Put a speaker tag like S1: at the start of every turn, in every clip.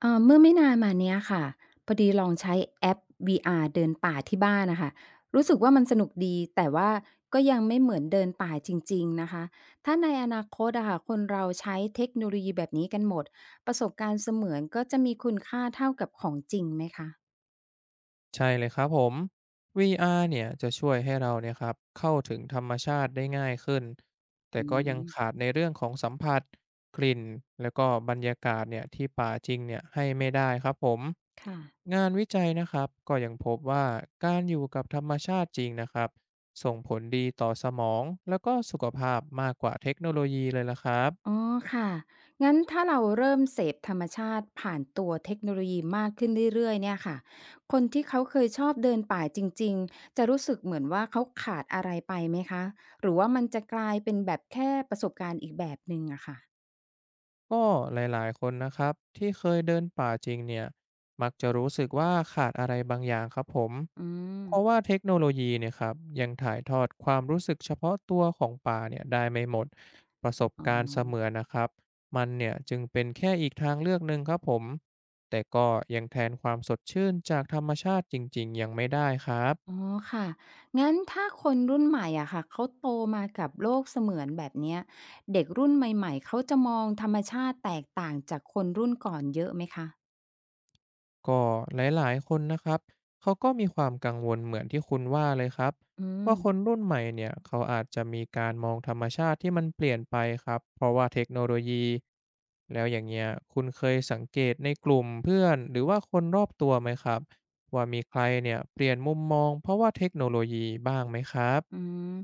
S1: เมื่อไม่นานมาเนี้ยค่ะพอดีลองใช้แอป VR เดินป่าที่บ้านนะคะรู้สึกว่ามันสนุกดีแต่ว่าก็ยังไม่เหมือนเดินป่าจริงๆนะคะถ้าในอนาคตอะค่ะคนเราใช้เทคโนโลยีแบบนี้กันหมดประสบการณ์เสมือนก็จะมีคุณค่าเท่ากับของจริงไหมคะ
S2: ใช่เลยครับผม VR เนี่ยจะช่วยให้เราเนี่ยครับเข้าถึงธรรมชาติได้ง่ายขึ้นแต่
S1: อื
S2: ก็ยังขาด
S1: ม
S2: ในเรื่องของสัมผัสกลิ่นแล้วก็บรรยากาศเนี่ยที่ป่าจริงเนี่ยให้ไม่ได้ครับผม
S1: ค่ะ
S2: งานวิจัยนะครับก็ยังพบว่าการอยู่กับธรรมชาติจริงนะครับส่งผลดีต่อสมองแล้วก็สุขภาพมากกว่าเทคโนโลยีเลยละครับ
S1: อ๋อค่ะงั้นถ้าเราเริ่มเสพธรรมชาติผ่านตัวเทคโนโลยีมากขึ้นเรื่อยๆเนี่ยค่ะคนที่เขาเคยชอบเดินป่าจริงๆจะรู้สึกเหมือนว่าเขาขาดอะไรไปไหมคะ หรือว่ามันจะกลายเป็นแบบแค่ประสบการณ์อีกแบบหนึ่งอะค่ะ
S2: ก็หลายๆคนนะครับที่เคยเดินป่าจริงเนี่ยมักจะรู้สึกว่าขาดอะไรบางอย่างครับผม
S1: อืม
S2: เพราะว่าเทคโนโลยีเนี่ยครับยังถ่ายทอดความรู้สึกเฉพาะตัวของป่าเนี่ยได้ไม่หมดประสบ
S1: อ๋
S2: การณ์เส
S1: อ
S2: มือนนะครับมันเนี่ยจึงเป็นแค่อีกทางเลือกหนึ่งครับผมแต่ก็ยังแทนความสดชื่นจากธรรมชาติจริงๆยังไม่ได้ครับ
S1: อ๋อค่ะ งั้นถ้าคนรุ่นใหม่อะค่ะเขาโตมากับโลกเสมือนแบบเนี้ยเด็กรุ่นใหม่ๆเขาจะมองธรรมชาติแตกต่างจากคนรุ่นก่อนเยอะไหมคะ
S2: ก็หลายๆคนนะครับเขาก็มีความกังวลเหมือนที่คุณว่าเลยครับ
S1: อืม
S2: ว่าคนรุ่นใหม่เนี่ยเขาอาจจะมีการมองธรรมชาติที่มันเปลี่ยนไปครับเพราะว่าเทคโนโลยีแล้วอย่างเงี้ยคุณเคยสังเกตในกลุ่มเพื่อนหรือว่าคนรอบตัวไหมครับว่ามีใครเนี่ยเปลี่ยนมุมมองเพราะว่าเทคโนโลยีบ้างไหมครับ
S1: อืม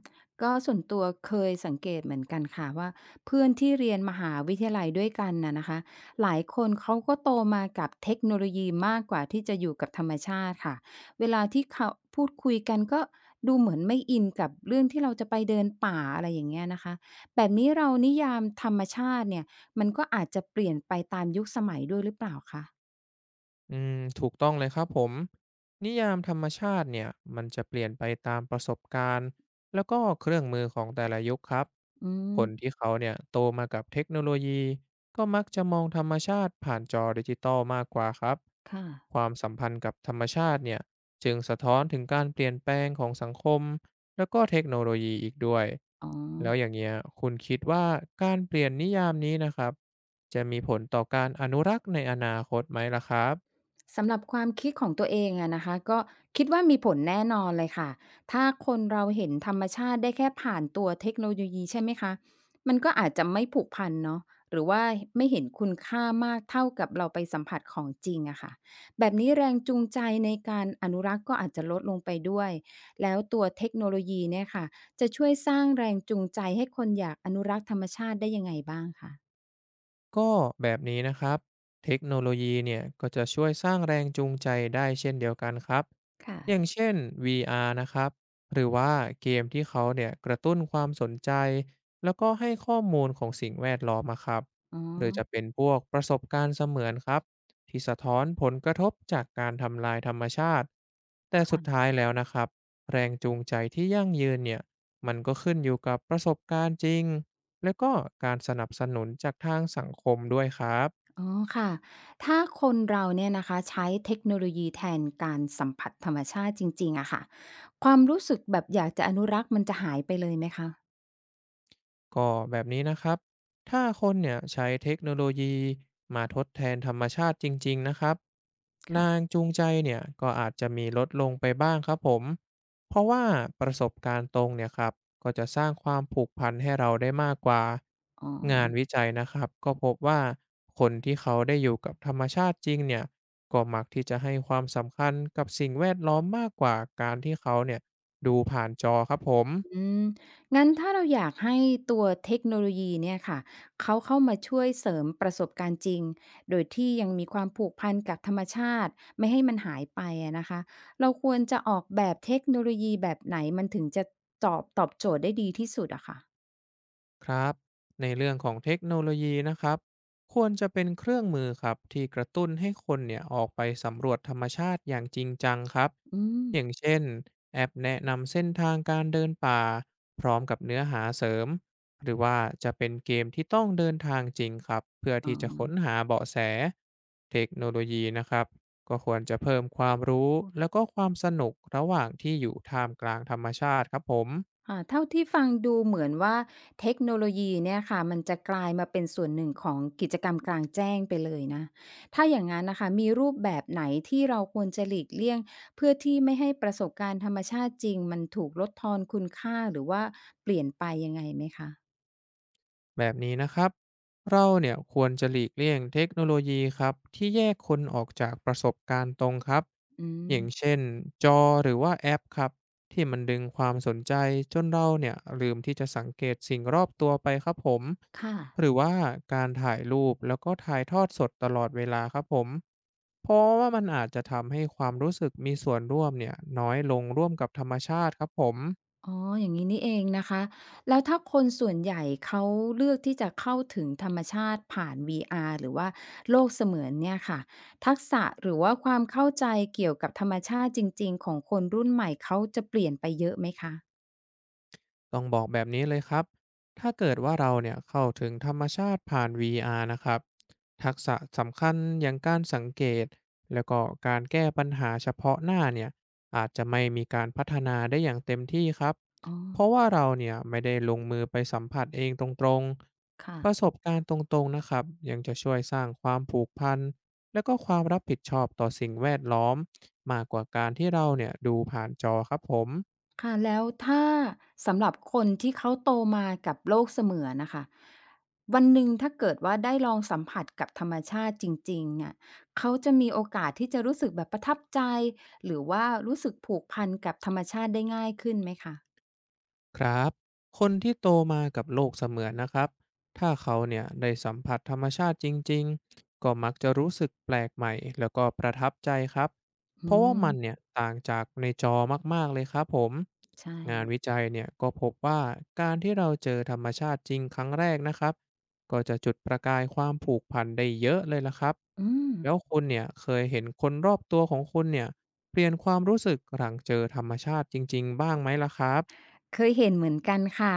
S1: ก็ส่วนตัวเคยสังเกตเหมือนกันค่ะว่าเพื่อนที่เรียนมหาวิทยาลัยด้วยกันน่ะนะคะหลายคนเขาก็โตมากับเทคโนโลยีมากกว่าที่จะอยู่กับธรรมชาติค่ะเวลาที่เขาพูดคุยกันก็ดูเหมือนไม่อินกับเรื่องที่เราจะไปเดินป่าอะไรอย่างเงี้ยนะคะแบบนี้เรานิยามธรรมชาติเนี่ยมันก็อาจจะเปลี่ยนไปตามยุคสมัยด้วยหรือเปล่าคะ
S2: อืมถูกต้องเลยครับผมนิยามธรรมชาติเนี่ยมันจะเปลี่ยนไปตามประสบการณ์แล้วก็เครื่องมือของแต่ละยุคครับ
S1: อืม
S2: คนที่เขาเนี่ยโตมากับเทคโนโลยีก็มักจะมองธรรมชาติผ่านจอดิจิตอลมากกว่าครับ
S1: ค่ะ
S2: ความสัมพันธ์กับธรรมชาติเนี่ยจึงสะท้อนถึงการเปลี่ยนแปลงของสังคมแล้วก็เทคโนโลยีอีกด้วย
S1: อ๋อ
S2: แล้วอย่างเงี้ยคุณคิดว่าการเปลี่ยนนิยามนี้นะครับจะมีผลต่อการอนุรักษ์ในอนาคตไหมล่ะครับ
S1: สำหรับความคิดของตัวเองอะนะคะก็คิดว่ามีผลแน่นอนเลยค่ะถ้าคนเราเห็นธรรมชาติได้แค่ผ่านตัวเทคโนโลยีใช่ไหมคะมันก็อาจจะไม่ผูกพันเนาะหรือว่าไม่เห็นคุณค่ามากเท่ากับเราไปสัมผัสของจริงอะค่ะแบบนี้แรงจูงใจในการอนุรักษ์ก็อาจจะลดลงไปด้วยแล้วตัวเทคโนโลยีเนี่ยค่ะจะช่วยสร้างแรงจูงใจให้คนอยากอนุรักษ์ธรรมชาติได้ยังไงบ้างคะ
S2: ก็แบบนี้นะครับเทคโนโลยีเนี่ยก็จะช่วยสร้างแรงจูงใจได้เช่นเดียวกันครับอย่าง
S1: ค่ะ
S2: เช่น VR นะครับหรือว่าเกมที่เขาเนี่ยกระตุ้นความสนใจ แล้วก็ให้ข้อมูลของสิ่งแวดล้อมอะครับ
S1: อ๋อ
S2: หรือจะเป็นพวกประสบการณ์เสมือนครับที่สะท้อนผลกระทบจากการทำลายธรรมชาติ แต่สุดท้า
S1: ค่ะ
S2: ยแล้วนะครับแรงจูงใจที่ยั่งยืนเนี่ยมันก็ขึ้นอยู่กับประสบการณ์จริง แล้วก็การสนับสนุนจากทางสังคมด้วยครับ
S1: อ๋อค่ะถ้าคนเราเนี่ยนะคะใช้เทคโนโลยีแทนการสัมผัสธรรมชาติจริงๆอะค่ะความรู้สึกแบบอยากจะอนุรักษ์มันจะหายไปเลยไหมคะ
S2: ก็แบบนี้นะครับ ถ้าคนเนี่ยใช้เทคโนโลยีมาทดแทนธรรมชาติจริงๆนะครับแรง
S1: ค่ะ
S2: จูงใจเนี่ยก็อาจจะมีลดลงไปบ้างครับผม เพราะว่าประสบการณ์ตรงเนี่ยครับ ก็จะสร้างความผูกพันให้เราได้มากกว่า
S1: อ๋อ
S2: งานวิจัยนะครับ ก็พบว่าคนที่เขาได้อยู่กับธรรมชาติจริงเนี่ยก็มักที่จะให้ความสำคัญกับสิ่งแวดล้อมมากกว่าการที่เขาเนี่ยดูผ่านจอครับผม
S1: อืมงั้นถ้าเราอยากให้ตัวเทคโนโลยีเนี่ยค่ะเขาเข้ามาช่วยเสริมประสบการณ์จริงโดยที่ยังมีความผูกพันกับธรรมชาติไม่ให้มันหายไปอะนะคะเราควรจะออกแบบเทคโนโลยีแบบไหนมันถึงจะตอบโจทย์ได้ดีที่สุดอะค่ะ
S2: ครับในเรื่องของเทคโนโลยีนะครับควรจะเป็นเครื่องมือครับที่กระตุ้นให้คนเนี่ยออกไปสำรวจธรรมชาติอย่างจริงจังครับ
S1: อืม
S2: อย่างเช่นแอปแนะนำเส้นทางการเดินป่าพร้อมกับเนื้อหาเสริมหรือว่าจะเป็นเกมที่ต้องเดินทางจริงครับเพื่อ
S1: อ๋อ
S2: ที่จะค้นหาเบาะแสเทคโนโลยีนะครับก็ควรจะเพิ่มความรู้แล้วก็ความสนุกระหว่างที่อยู่ท่ามกลางธรรมชาติครับผม
S1: ค่ะเท่าที่ฟังดูเหมือนว่าเทคโนโลยีเนี่ยค่ะมันจะกลายมาเป็นส่วนหนึ่งของกิจกรรมกลางแจ้งไปเลยนะถ้าอย่างงั้นนะคะมีรูปแบบไหนที่เราควรจะหลีกเลี่ยงเพื่อที่ไม่ให้ประสบการณ์ธรรมชาติจริงมันถูกลดทอนคุณค่าหรือว่าเปลี่ยนไปยังไงไหมคะ
S2: แบบนี้นะครับ เราเนี่ยควรจะหลีกเลี่ยงเทคโนโลยีครับที่แยกคนออกจากประสบการณ์ตรงครับ
S1: อืม
S2: อย่างเช่นจอหรือว่าแอปครับที่มันดึงความสนใจจนเราเนี่ยลืมที่จะสังเกตสิ่งรอบตัวไปครับผม
S1: ค่ะ
S2: หรือว่าการถ่ายรูปแล้วก็ถ่ายทอดสดตลอดเวลาครับผมเพราะว่ามันอาจจะทำให้ความรู้สึกมีส่วนร่วมเนี่ยน้อยลงร่วมกับธรรมชาติครับผม
S1: อ๋ออย่างนี้นี่เองนะคะ แล้วถ้าคนส่วนใหญ่เขาเลือกที่จะเข้าถึงธรรมชาติผ่าน VR หรือว่าโลกเสมือนเนี่ยค่ะทักษะหรือว่าความเข้าใจเกี่ยวกับธรรมชาติจริงๆของคนรุ่นใหม่เขาจะเปลี่ยนไปเยอะไหมคะ
S2: ต้องบอกแบบนี้เลยครับ ถ้าเกิดว่าเราเนี่ยเข้าถึงธรรมชาติผ่าน VR นะครับ ทักษะสำคัญอย่างการสังเกตแล้วก็การแก้ปัญหาเฉพาะหน้าเนี่ยอาจจะไม่มีการพัฒนาได้อย่างเต็มที่ครับ
S1: อ๋อ
S2: เพราะว่าเราเนี่ยไม่ได้ลงมือไปสัมผัสเองตรง
S1: ค่ะ
S2: ๆ ประสบการณ์ตรงๆนะครับยังจะช่วยสร้างความผูกพันและก็ความรับผิดชอบต่อสิ่งแวดล้อมมากกว่าการที่เราเนี่ยดูผ่านจอครับผม
S1: ค่ะแล้วถ้าสำหรับคนที่เขาโตมากับโลกเสมือนน่ะค่ะวันหนึ่งถ้าเกิดว่าได้ลองสัมผัสกับธรรมชาติจริงๆเนี่ยเขาจะมีโอกาสที่จะรู้สึกแบบประทับใจหรือว่ารู้สึกผูกพันกับธรรมชาติได้ง่ายขึ้นไหมคะ
S2: ครับคนที่โตมากับโลกเสมือนนะครับ ถ้าเขาเนี่ยได้สัมผัสธรรมชาติจริงๆ ก็มักจะรู้สึกแปลกใหม่แล้วก็ประทับใจครับเพ
S1: อื
S2: ราะว่ามันเนี่
S1: ม
S2: ยต่างจากในจอมากๆเลยครับผม
S1: ใช่
S2: งานวิจัยเนี่ยก็พบว่าการที่เราเจอธรรมชาติจริงครั้งแรกนะครับก็จะจุดประกายความผูกพันได้เยอะเลยละครับ
S1: อืม
S2: แล้วคุณเนี่ยเคยเห็นคนรอบตัวของคุณเนี่ยเปลี่ยนความรู้สึกหลังเจอธรรมชาติจริงๆบ้างไหมล่ะครับ
S1: เคยเห็นเหมือนกันค่ะ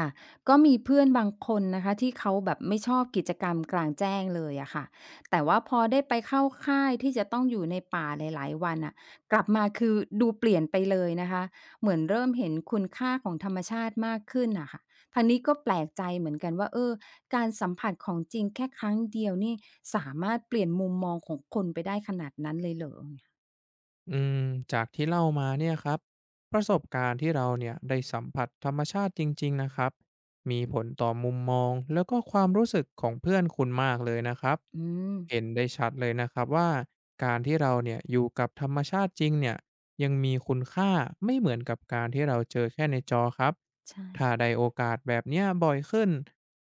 S1: ก็มีเพื่อนบางคนนะคะที่เขาแบบไม่ชอบกิจกรรมกลางแจ้งเลยอะค่ะแต่ว่าพอได้ไปเข้าค่ายที่จะต้องอยู่ในป่าหลายๆวันอะกลับมาคือดูเปลี่ยนไปเลยนะคะเหมือนเริ่มเห็นคุณค่าของธรรมชาติมากขึ้นอะค่ะทางนี้ก็แปลกใจเหมือนกันว่าเออการสัมผัสของจริงแค่ครั้งเดียวนี่สามารถเปลี่ยนมุมมองของคนไปได้ขนาดนั้นเลยเหรอ
S2: อืมจากที่เล่ามาเนี่ยครับประสบการณ์ที่เราเนี่ยได้สัมผัสธรรมชาติจริงๆนะครับมีผลต่อมุมมองแล้วก็ความรู้สึกของเพื่อนคุณมากเลยนะครับ
S1: อืม
S2: เห็นได้ชัดเลยนะครับว่าการที่เราเนี่ยอยู่กับธรรมชาติจริงเนี่ยยังมีคุณค่าไม่เหมือนกับการที่เราเจอแค่ในจอครับ
S1: ใช่
S2: ถ้าได้โอกาสแบบเนี้ยบ่อยขึ้น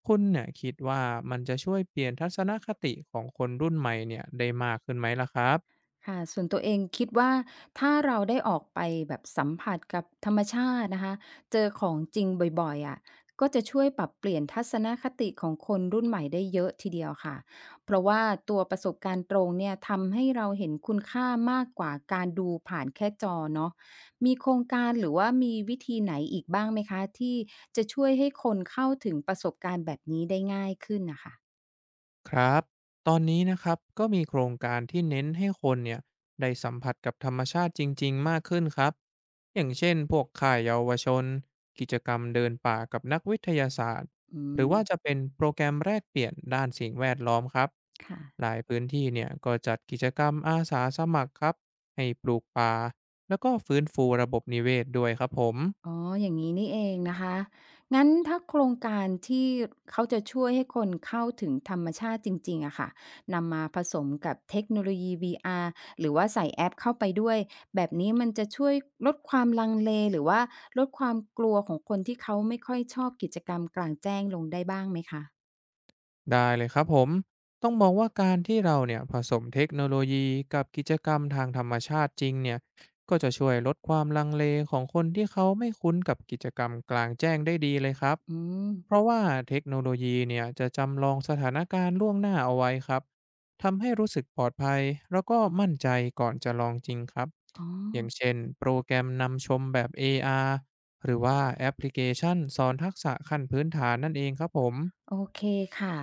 S2: คุณเนี่ยคิดว่ามันจะช่วยเปลี่ยนทัศนคติของคนรุ่นใหม่เนี่ยได้มากขึ้นไหมล่ะครับ
S1: ค่ะส่วนตัวเองคิดว่าถ้าเราได้ออกไปแบบสัมผัสกับธรรมชาตินะคะเจอของจริงบ่อยๆอะก็จะช่วยปรับเปลี่ยนทัศนคติของคนรุ่นใหม่ได้เยอะทีเดียวค่ะ เพราะว่าตัวประสบการณ์ตรงเนี่ยทำให้เราเห็นคุณค่ามากกว่าการดูผ่านแค่จอเนาะมีโครงการหรือว่ามีวิธีไหนอีกบ้างไหมคะที่จะช่วยให้คนเข้าถึงประสบการณ์แบบนี้ได้ง่ายขึ้นน่ะค่ะ
S2: ครับตอนนี้นะครับก็มีโครงการที่เน้นให้คนเนี่ยได้สัมผัสกับธรรมชาติจริงๆ มากขึ้นครับอย่างเช่นพวกข่ายเยาวชนกิจกรรมเดินป่ากับนักวิทยาศาสตร์
S1: อื
S2: หรือ
S1: ม
S2: ว่าจะเป็นโปรแกรมแลกเปลี่ยนด้านสิ่งแวดล้อมครับ
S1: ค่ะ
S2: หลายพื้นที่เนี่ยก็จัดกิจกรรมอาสาสมัครครับให้ปลูกป่าแล้วก็ฟื้นฟูระบบนิเวศด้วยครับผม
S1: อ๋ออย่างนี้นี่เองนะคะ งั้นถ้าโครงการที่เขาจะช่วยให้คนเข้าถึงธรรมชาติจริงๆอะค่ะนำมาผสมกับเทคโนโลยี VR หรือว่าใส่แอปเข้าไปด้วย แบบนี้มันจะช่วยลดความลังเลหรือว่าลดความกลัวของคนที่เขาไม่ค่อยชอบกิจกรรมกลางแจ้งลงได้บ้างไหมคะ
S2: ได้เลยครับผม ต้องมองว่าการที่เราเนี่ยผสมเทคโนโลยีกับกิจกรรมทางธรรมชาติจริงเนี่ยก็จะช่วยลดความลังเลของคนที่เขาไม่คุ้นกับกิจกรรมกลางแจ้งได้ดีเลยครับ
S1: อืม
S2: เพราะว่าเทคโนโลยีเนี่ยจะจำลองสถานการณ์ล่วงหน้าเอาไว้ครับทำให้รู้สึกปลอดภัยแล้วก็มั่นใจก่อนจะลองจริงครับ
S1: อ๋อ
S2: อย่างเช่นโปรแกรมนำชมแบบ AR หรือว่าแอปพลิเคชันสอนทักษะขั้นพื้นฐานนั่นเองครับผม
S1: โอเคค่ะ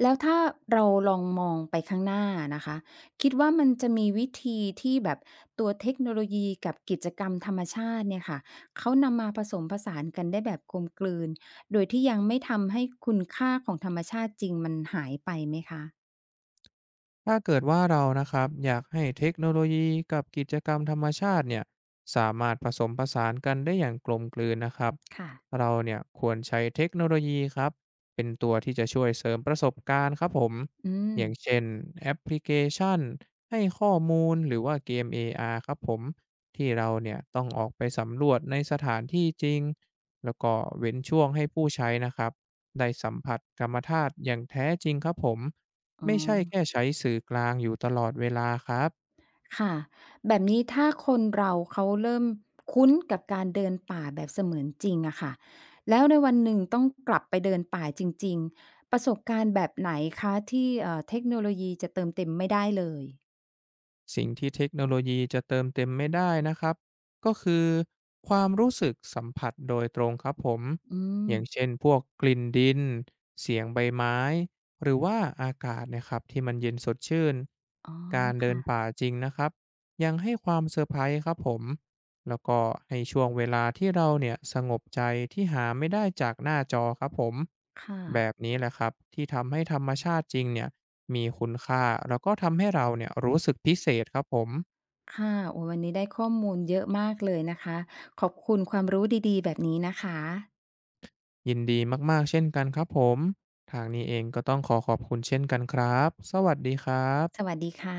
S1: แล้วถ้าเราลองมองไปข้างหน้านะคะคิดว่ามันจะมีวิธีที่แบบตัวเทคโนโลยีกับกิจกรรมธรรมชาติเนี่ยค่ะเขานำมาผสมผสานกันได้แบบกลมกลืนโดยที่ยังไม่ทำให้คุณค่าของธรรมชาติจริงมันหายไปไหมคะ
S2: ถ้าเกิดว่าเรานะครับอยากให้เทคโนโลยีกับกิจกรรมธรรมชาติเนี่ยสามารถผสมผสานกันได้อย่างกลมกลืนนะครับ
S1: ค่ะ
S2: เราเนี่ยควรใช้เทคโนโลยีครับเป็นตัวที่จะช่วยเสริมประสบการณ์ครับผม
S1: อื
S2: อย่าง
S1: ม
S2: เช่นแอปพลิเคชันให้ข้อมูลหรือว่าเกม AR ครับผมที่เราเนี่ยต้องออกไปสำรวจในสถานที่จริงแล้วก็เว้นช่วงให้ผู้ใช้นะครับได้สัมผัสกรรมธาตุอย่างแท้จริงครับผม
S1: อ๋อ
S2: ไม่ใช่แค่ใช้สื่อกลางอยู่ตลอดเวลาครับ
S1: ค่ะแบบนี้ถ้าคนเราเขาเริ่มคุ้นกับการเดินป่าแบบเสมือนจริงอะค่ะแล้วในวันหนึ่งต้องกลับไปเดินป่าจริงๆประสบการณ์แบบไหนคะที่เทคโนโลยีจะเติมเต็มไม่ได้เลย
S2: สิ่งที่เทคโนโลยีจะเติมเต็มไม่ได้นะครับก็คือความรู้สึกสัมผัสโดยตรงครับผม
S1: อืม
S2: อย่างเช่นพวกกลิ่นดินเสียงใบไม้หรือว่าอากาศนะครับที่มันเย็นสดชื่น
S1: อ๋อ
S2: การเดิน
S1: ค่ะ
S2: ป่าจริงนะครับยังให้ความเซอร์ไพรส์ครับผมแล้วก็ให้ช่วงเวลาที่เราเนี่ยสงบใจที่หาไม่ได้จากหน้าจอครับผม
S1: ค่ะ
S2: แบบนี้แหละครับที่ทำให้ธรรมชาติจริงเนี่ย มีคุณค่าแล้วก็ทำให้เราเนี่ยรู้สึกพิเศษครับผม
S1: ค่ะโอ้วันนี้ได้ข้อมูลเยอะมากเลยนะคะขอบคุณความรู้ดีๆแบบนี้นะคะ
S2: ยินดีมากๆเช่นกันครับผมทางนี้เองก็ต้องขอขอบคุณเช่นกันครับสวัสดีครั
S1: ส
S2: บ
S1: วัสดีค่ะ